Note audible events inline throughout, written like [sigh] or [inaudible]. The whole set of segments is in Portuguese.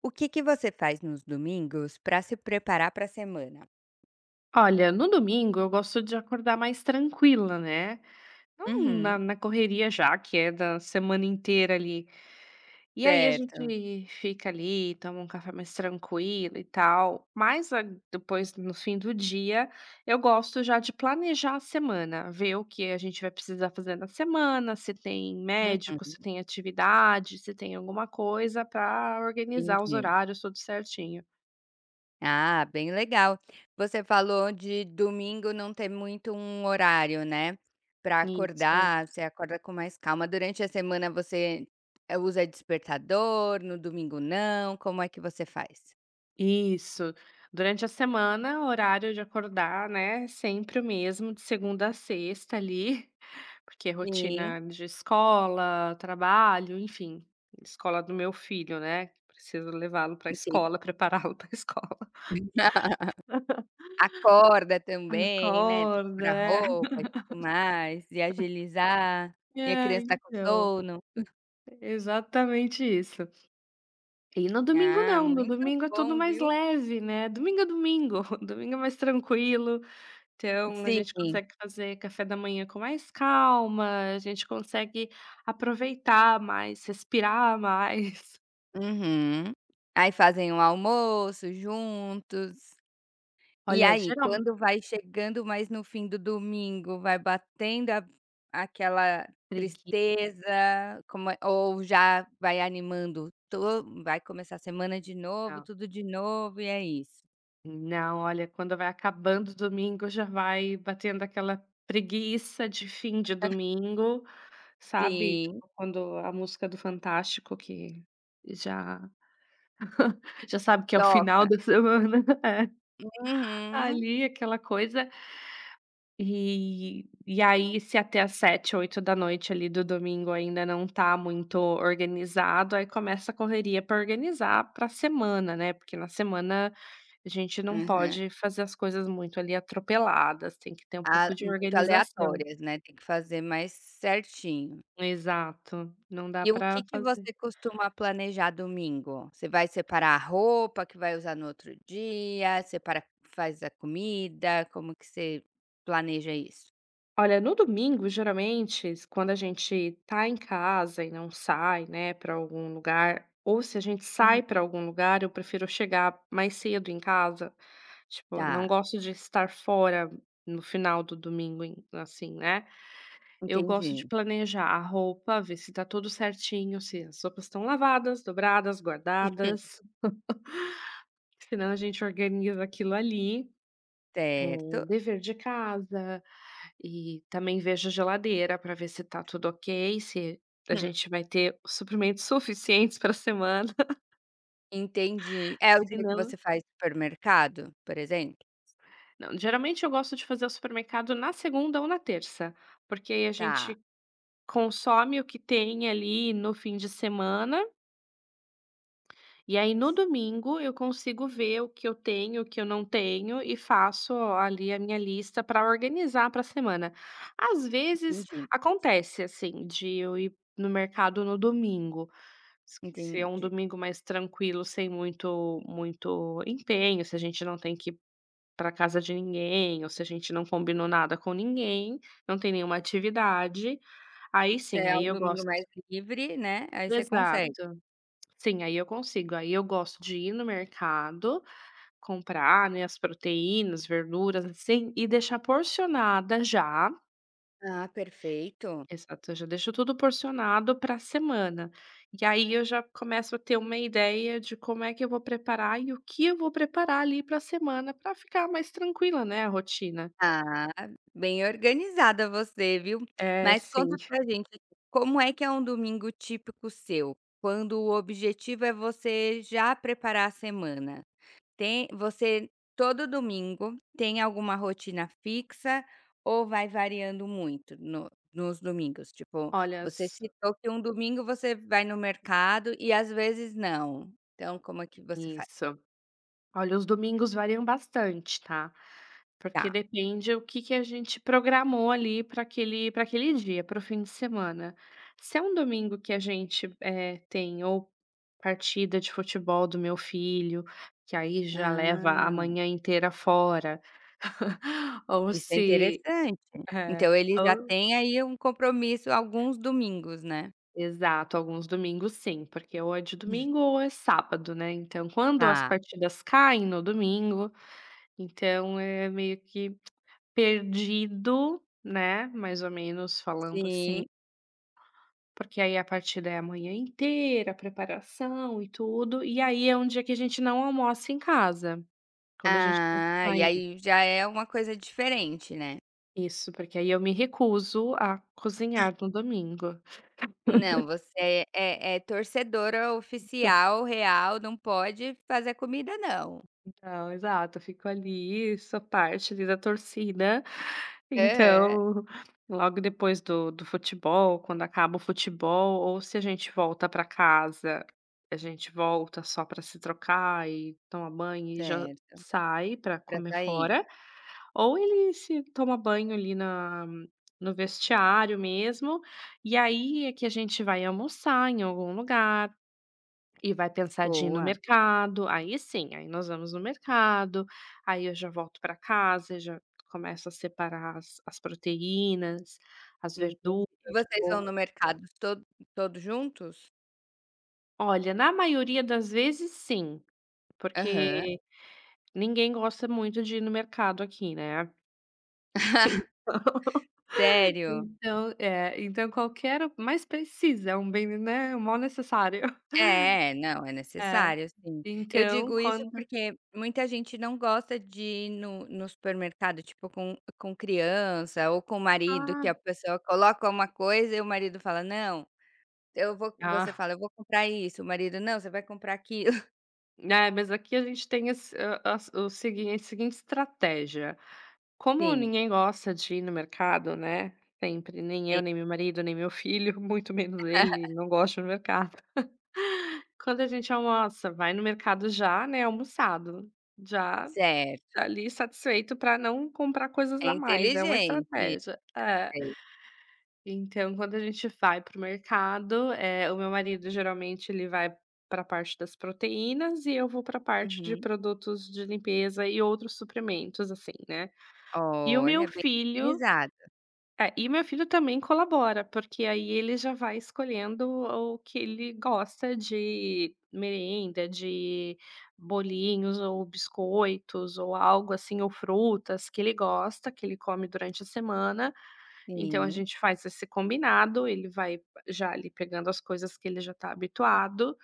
O que que você faz nos domingos para se preparar para a semana? Olha, no domingo eu gosto de acordar mais tranquila, né? Não na, Uhum, na correria já, que é da semana inteira ali. E aí a certo. gente fica ali, toma um café mais tranquilo e tal. Depois, no fim do dia, eu gosto já de planejar a semana, ver o que a gente vai precisar fazer na semana, se tem médico, Uhum, se tem atividade, se tem alguma coisa para organizar os entendi. horários tudo certinho. Ah, bem legal. Você falou de domingo não ter muito um horário, né, para Isso. acordar, você acorda com mais calma. Durante a semana você, usa despertador, no domingo não, como é que você faz? Isso. Durante a semana, o horário de acordar, né, é sempre o mesmo, de segunda a sexta ali, [laughs] porque é Sim, rotina de escola, trabalho, enfim, escola do meu filho, né, preciso levá-lo para a entendi. escola, [laughs] prepará-lo para a escola. [laughs] Acorda também, né, tem que Acorda, comprar é. roupa e tudo mais, e agilizar, e a É, criança está com então, sono. é exatamente isso. E no domingo Ah, não, no muito domingo é tudo bom, mais viu. leve, né, domingo é domingo, [laughs] domingo é mais tranquilo. Então, a gente Sim. consegue fazer café da manhã com mais calma, a gente consegue aproveitar mais, respirar mais. [laughs] Uhum. Aí fazem um almoço juntos. E Olha, aí, geralmente quando vai chegando mais no fim do domingo, vai batendo a aquela preguiça. tristeza, como é ou já vai animando to vai começar a semana de novo, tudo de novo e é isso. Não, olha, quando vai acabando o domingo, já vai batendo aquela preguiça de fim de domingo, sabe? Sim, Tipo, quando a música do Fantástico que já já sabe que é o final toca. da semana. [laughs] Uhum. Ali aquela coisa. E aí, se até às 19h, 20h ali do domingo ainda não tá muito organizado, aí começa a correria para organizar para semana, né, porque na semana a gente não Aham. pode fazer as coisas muito ali atropeladas, tem que ter um A pouco de muito organização. aleatórias, né, tem que fazer mais certinho. Exato, não dá E o para que que fazer. você costuma planejar domingo? Você vai separar a roupa que vai usar no outro dia, separa faz a comida, como que você planeja isso? Olha, no domingo, geralmente, s quando a gente tá em casa e não sai, né, pra algum lugar, ou se a gente Uhum. sai pra algum lugar, eu prefiro chegar mais cedo em casa. Tipo, não Tá, gosto de estar fora no final do domingo em assim, né. Eu gosto de entendi. planejar a roupa, ver se tá tudo certinho, se as roupas estão lavadas, dobradas, Hum. guardadas, senão a gente organiza aquilo ali. Eh, Certo, Dever de casa, e também vejo a geladeira para ver se tá tudo ok, se a Hum, gente vai ter os suprimentos [laughs] suficientes para a semana, [laughs] entendi. É o se dia que não você faz supermercado, por exemplo? não, geralmente eu gosto de fazer o supermercado na segunda ou na terça, porque aí a Tá, gente consome o que tem ali no fim de semana. E aí no domingo eu consigo ver o que eu tenho, o que eu não tenho e faço ali a minha lista para organizar para a semana. Às vezes entendi, acontece assim de eu ir no mercado no domingo, se é um entendi. domingo mais tranquilo, sem muito empenho, se a gente não tem que ir para casa de ninguém, ou se a gente não combinou nada com ninguém, não tem nenhuma atividade, aí Se sim, é aí um eu domingo gosto. mais livre, né, aí você consegue. Exato. Sim, aí eu consigo. Aí eu gosto de ir no mercado, comprar, né, as proteínas, verduras, assim, e deixar porcionada já. Ah, perfeito. Exato, eu já deixo tudo porcionado para a semana. E aí eu já começo a ter uma ideia de como é que eu vou preparar e o que eu vou preparar ali para a semana para ficar mais tranquila, né, a rotina. Ah, bem organizada você, viu. É, Mas conta sim. pra gente, como é que é um domingo típico seu? Quando o objetivo é você já preparar a semana. Tem você Todo domingo tem alguma rotina fixa ou vai variando muito no nos domingos? Tipo, Olha, você s- citou que um domingo você vai no mercado e às vezes não. Então como é que você faz? isso. Olha, os domingos variam bastante, tá? Porque Tá. depende o que que a gente programou ali para aquele dia, para o fim de semana. Se é um domingo que a gente tem ou partida de futebol do meu filho, que aí já leva a Ah. manhã inteira fora, [laughs] ou Isso é se. interessante. Então É, ele já tem aí um compromisso alguns domingos, né? exato, alguns domingos sim, porque ou é de domingo ou é sábado, né? Então, quando as Tá. partidas caem no domingo, então é meio que perdido, né, mais ou menos falando assim, Sim. porque aí a partida é a manhã inteira, a preparação e tudo, e aí é um dia que a gente não almoça em casa, quando a gente tem que Ah, e sair. aí já é uma coisa diferente, né? Isso, porque aí eu me recuso a cozinhar no domingo. Não, você é torcedora oficial, real, não pode fazer comida não. Então, exato, eu fico ali, sou parte ali da torcida. Aham. Então, logo depois do futebol, quando acaba o futebol, ou se a gente volta para casa, a gente volta só para se trocar e tomar banho e já Certo, sai para pra comer sair. fora, ou ele se toma banho ali na no vestiário mesmo, e aí é que a gente vai almoçar em algum lugar, e vai pensar de ir no Boa, mercado, aí sim, aí nós vamos no mercado, aí eu já volto para casa, já começo a separar as proteínas, as entendi. verduras, E já vocês vão vou no mercado todos juntos? olha, na maioria das vezes sim, Aham. porque ninguém gosta muito de ir no mercado aqui, né. [laughs] Então [laughs] Sério? então é, então qualquer o mas precisa, é um bem, né, é um mal necessário. É, não, é É. necessário sim. Eu Então digo isso quando porque muita gente não gosta de ir no supermercado, tipo, com criança ou com marido, ah, que a pessoa coloca uma coisa e o marido fala: "Não, eu vou" você ah. fala: "Eu vou comprar isso", o marido: "Não, você vai comprar aquilo". [laughs] É, mas aqui a gente tem esse a as o segui a seguinte estratégia, como Sim, ninguém gosta de ir no mercado, né, sempre, nem eu, tem nem meu marido, nem meu filho, [laughs] muito menos ele, não gosta no mercado. Quando a gente almoça, vai no mercado já, né, almoçado, já certo, tá ali satisfeito para não comprar coisas é a mais, é uma inteligente estratégia. É. é isso. Então, quando a gente vai para o mercado, o meu marido geralmente ele vai para a parte das proteínas e eu vou para a parte de Uhum. produtos de limpeza e outros suplementos assim, né. E o meu Olha, bem filho organizado. é, e meu filho também colabora, porque aí ele já vai escolhendo o que ele gosta de merenda, de bolinhos ou biscoitos ou algo assim, ou frutas que ele gosta, que ele come durante a semana. Então a Sim, gente faz esse combinado, ele vai já ali pegando as coisas que ele já está habituado,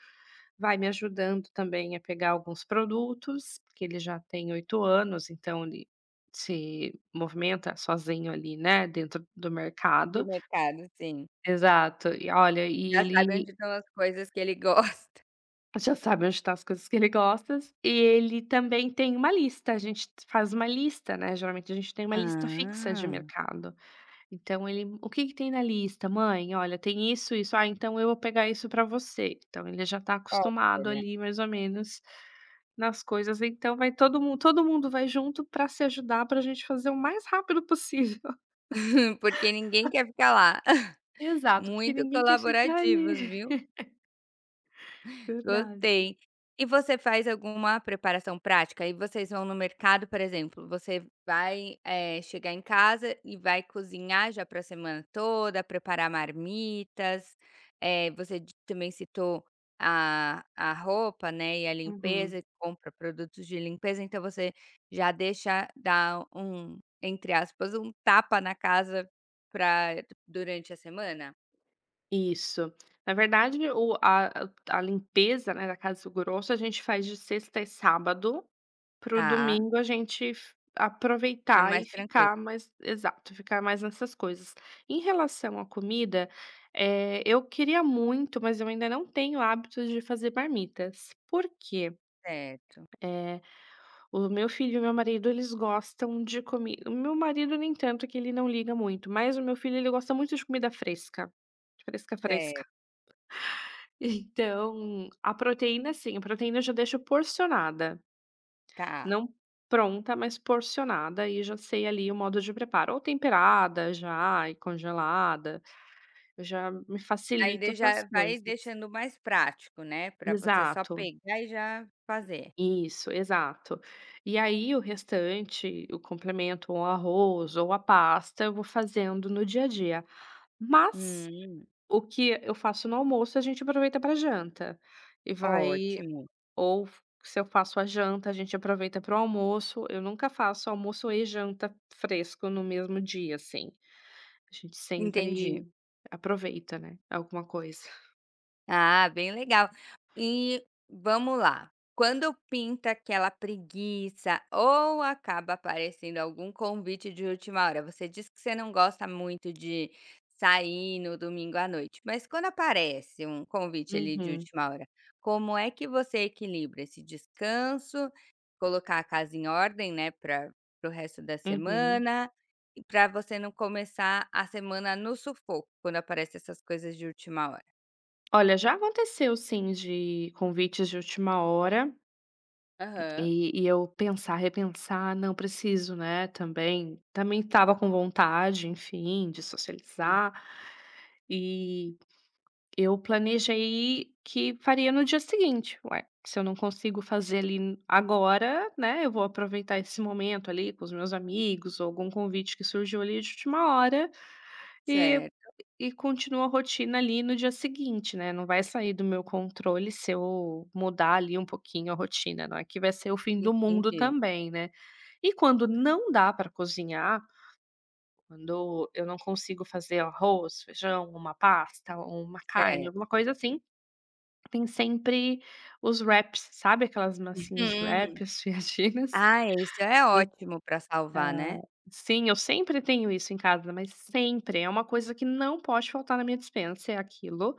vai me ajudando também a pegar alguns produtos, porque ele já tem 8 anos, então ele se movimenta sozinho ali, né, dentro do do mercado. mercado, sim. Exato. E olha, e Já sabe ele onde estão as coisas que ele [laughs] gosta. já sabe onde tá as coisas que ele gosta, e ele também tem uma lista, a gente faz uma lista, né, geralmente a gente tem uma lista fixa de Ah, mercado. Então ele: "O que que tem na lista, mãe? Olha, tem isso, isso. Ah, então eu vou pegar isso pra você". Então ele já tá acostumado olha. ali mais ou menos nas coisas, então vai todo mundo vai junto pra se ajudar, pra gente fazer o mais rápido possível. [laughs] [laughs] Porque ninguém quer ficar lá. [laughs] Exato, porque Muito ninguém quer ficar colaborativos, ali. viu? [laughs] Verdade. Gostei. E você faz alguma preparação prática? E vocês vão no mercado, por exemplo, você vai, chegar em casa e vai cozinhar já para a semana toda, preparar marmitas, você di também citou a roupa, né, e a limpeza, Uhum. e compra produtos de limpeza, então você já deixa dar um, entre aspas, "um tapa na casa" pra durante a semana? Isso. Na verdade, o a limpeza, né, da casa grosso a gente faz de sexta e sábado. Pro Tá, domingo a gente f tá aproveitar e mais tranquilo. ficar mais exato, ficar mais nessas coisas. Em relação à comida, eu queria muito, mas eu ainda não tenho hábitos de fazer marmitas. Por quê? Certo, Eh, o meu filho e meu marido, eles gostam de comi o meu marido nem tanto, que ele não liga muito, mas o meu filho, ele gosta muito de comida fresca, fresca, fresca. certo, [laughs] Então, a proteína sim, a proteína eu já deixo porcionada. tá. Não pronta, mas porcionada e já sei ali o modo de preparo, ou temperada já e congelada, já me Aí facilita de essas já vai coisas. deixando mais prático, né, para você só Exato, pegar e já fazer. isso, exato. E aí o restante, o complemento, o arroz ou a pasta, eu vou fazendo no dia a dia. Mas Hum, o que eu faço no almoço, a gente aproveita para janta e vai. ótimo, Ou f se eu faço a janta, a gente aproveita para o almoço. Eu nunca faço almoço e janta fresco no mesmo dia, assim. A gente entendi. sempre aproveita, né, alguma coisa. Ah, bem legal. E vamos lá. Quando pinta aquela preguiça ou acaba aparecendo algum convite de última hora, você diz que você não gosta muito de sair no domingo à noite, mas quando aparece um convite ali de Uhum, última hora, como é que você equilibra esse descanso, colocar a casa em ordem, né, para o resto da uhum. semana, e para você não começar a semana no sufoco quando aparecem essas coisas de última hora? Olha, já aconteceu sim de convites de última hora Aham. e eu pensar, repensar: "Não, preciso, né, também". Também estava com vontade, enfim, de Hum, socializar. E eu planejei que faria no dia seguinte. Ué, se eu não consigo fazer ali agora, né? Eu vou aproveitar esse momento ali com os meus amigos, ou algum convite que surgiu ali de última hora e, certo, e continua a rotina ali no dia seguinte, né? Não vai sair do meu controle se eu mudar ali um pouquinho a rotina, não é que vai ser o fim do mundo entendi, também, né? E quando não dá para cozinhar, quando eu não consigo fazer arroz, feijão, uma pasta, uma carne, certo. alguma coisa assim, tem sempre os wraps, sabe aquelas massinhas de Uhum. wrap, as fiadinhas? Ah, isso é [laughs] Eu ótimo para salvar, ah, né, sim, eu sempre tenho isso em casa, mas sempre, é uma coisa que não pode faltar na minha despensa, é aquilo.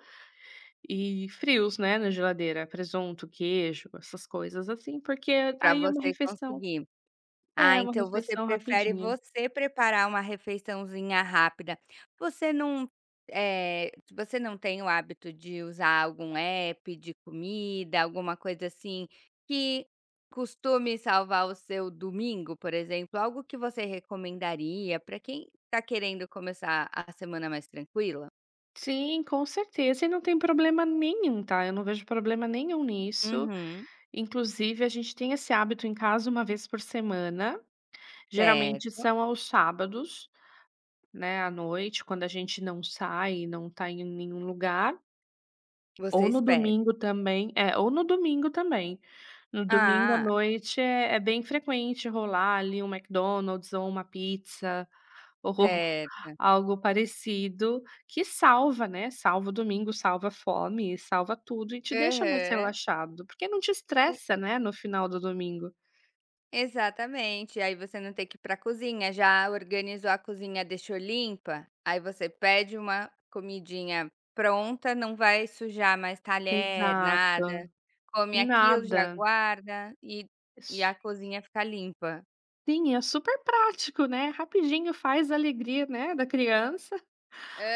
E frios, né, na geladeira, presunto, queijo, essas coisas assim, porque para aí você conseguir. Ah, é, uma então você refeição prefere rapidinha. você preparar uma refeiçãozinha rápida. Você não, você não tem o hábito de usar algum app de comida, alguma coisa assim, que costume salvar o seu domingo, por exemplo? Algo que você recomendaria para quem está querendo começar a semana mais tranquila? Sim, com certeza, e não tem problema nenhum, tá, eu não vejo problema nenhum nisso. Uhum. Inclusive a gente tem esse hábito em casa uma vez por semana. Geralmente Certo, são aos sábados, né, à noite, quando a gente não sai não tá em nenhum lugar, você ou no espere. domingo também é, ou no domingo também. No domingo à Ah, noite é bem frequente rolar ali um McDonald's ou uma pizza ou [laughs] certo. algo parecido que salva, né, salva o domingo, salva a fome, salva tudo e te deixa mais Aham. relaxado, porque não te E estressa, né, no final do domingo. exatamente, aí você não tem que ir pra cozinha, já organizou a cozinha, deixou limpa, aí você pede uma comidinha pronta, não vai sujar mais talher, nada, Exato. come aquilo, já Nada. guarda e a cozinha fica limpa. Sim, é super prático, né, rapidinho faz a alegria, né, da criança,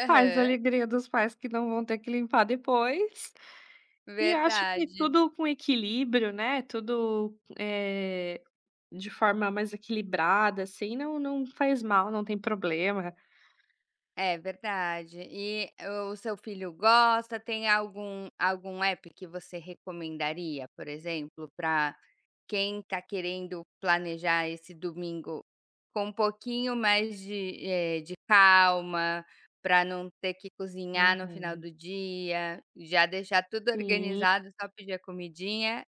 faz a alegria dos pais que não vão ter que limpar depois, e acho que verdade. tudo com equilíbrio, né, tudo, de forma mais equilibrada, assim, não não faz mal, não tem problema. É verdade. E o seu filho gosta? Tem algum app que você recomendaria, por exemplo, para quem está querendo planejar esse domingo com um pouquinho mais de, de calma, para não ter que cozinhar no final Uhum. do dia, já deixar tudo Sim, organizado, só pedir a comidinha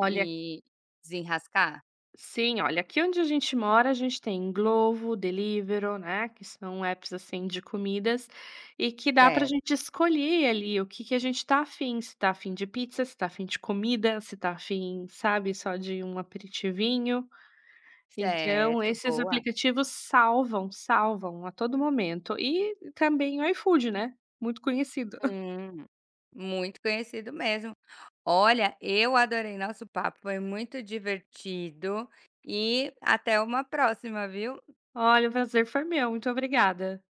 olha e desenrascar? Sim, olha, aqui onde a gente mora, a gente tem Glovo, Deliveroo, né, que são apps, assim, de comidas e que dá pra Certo, gente escolher ali o que que a gente tá afim, se tá afim de pizza, se tá afim de comida, se tá afim, sabe, só de um aperitivinho. Então, certo, esses boa. aplicativos salvam, salvam a todo momento. E também o iFood, né, muito conhecido. [laughs] Hum, muito conhecido mesmo. Olha, eu adorei nosso papo, foi muito divertido e até uma próxima, viu? Olha, o prazer foi meu, muito obrigada.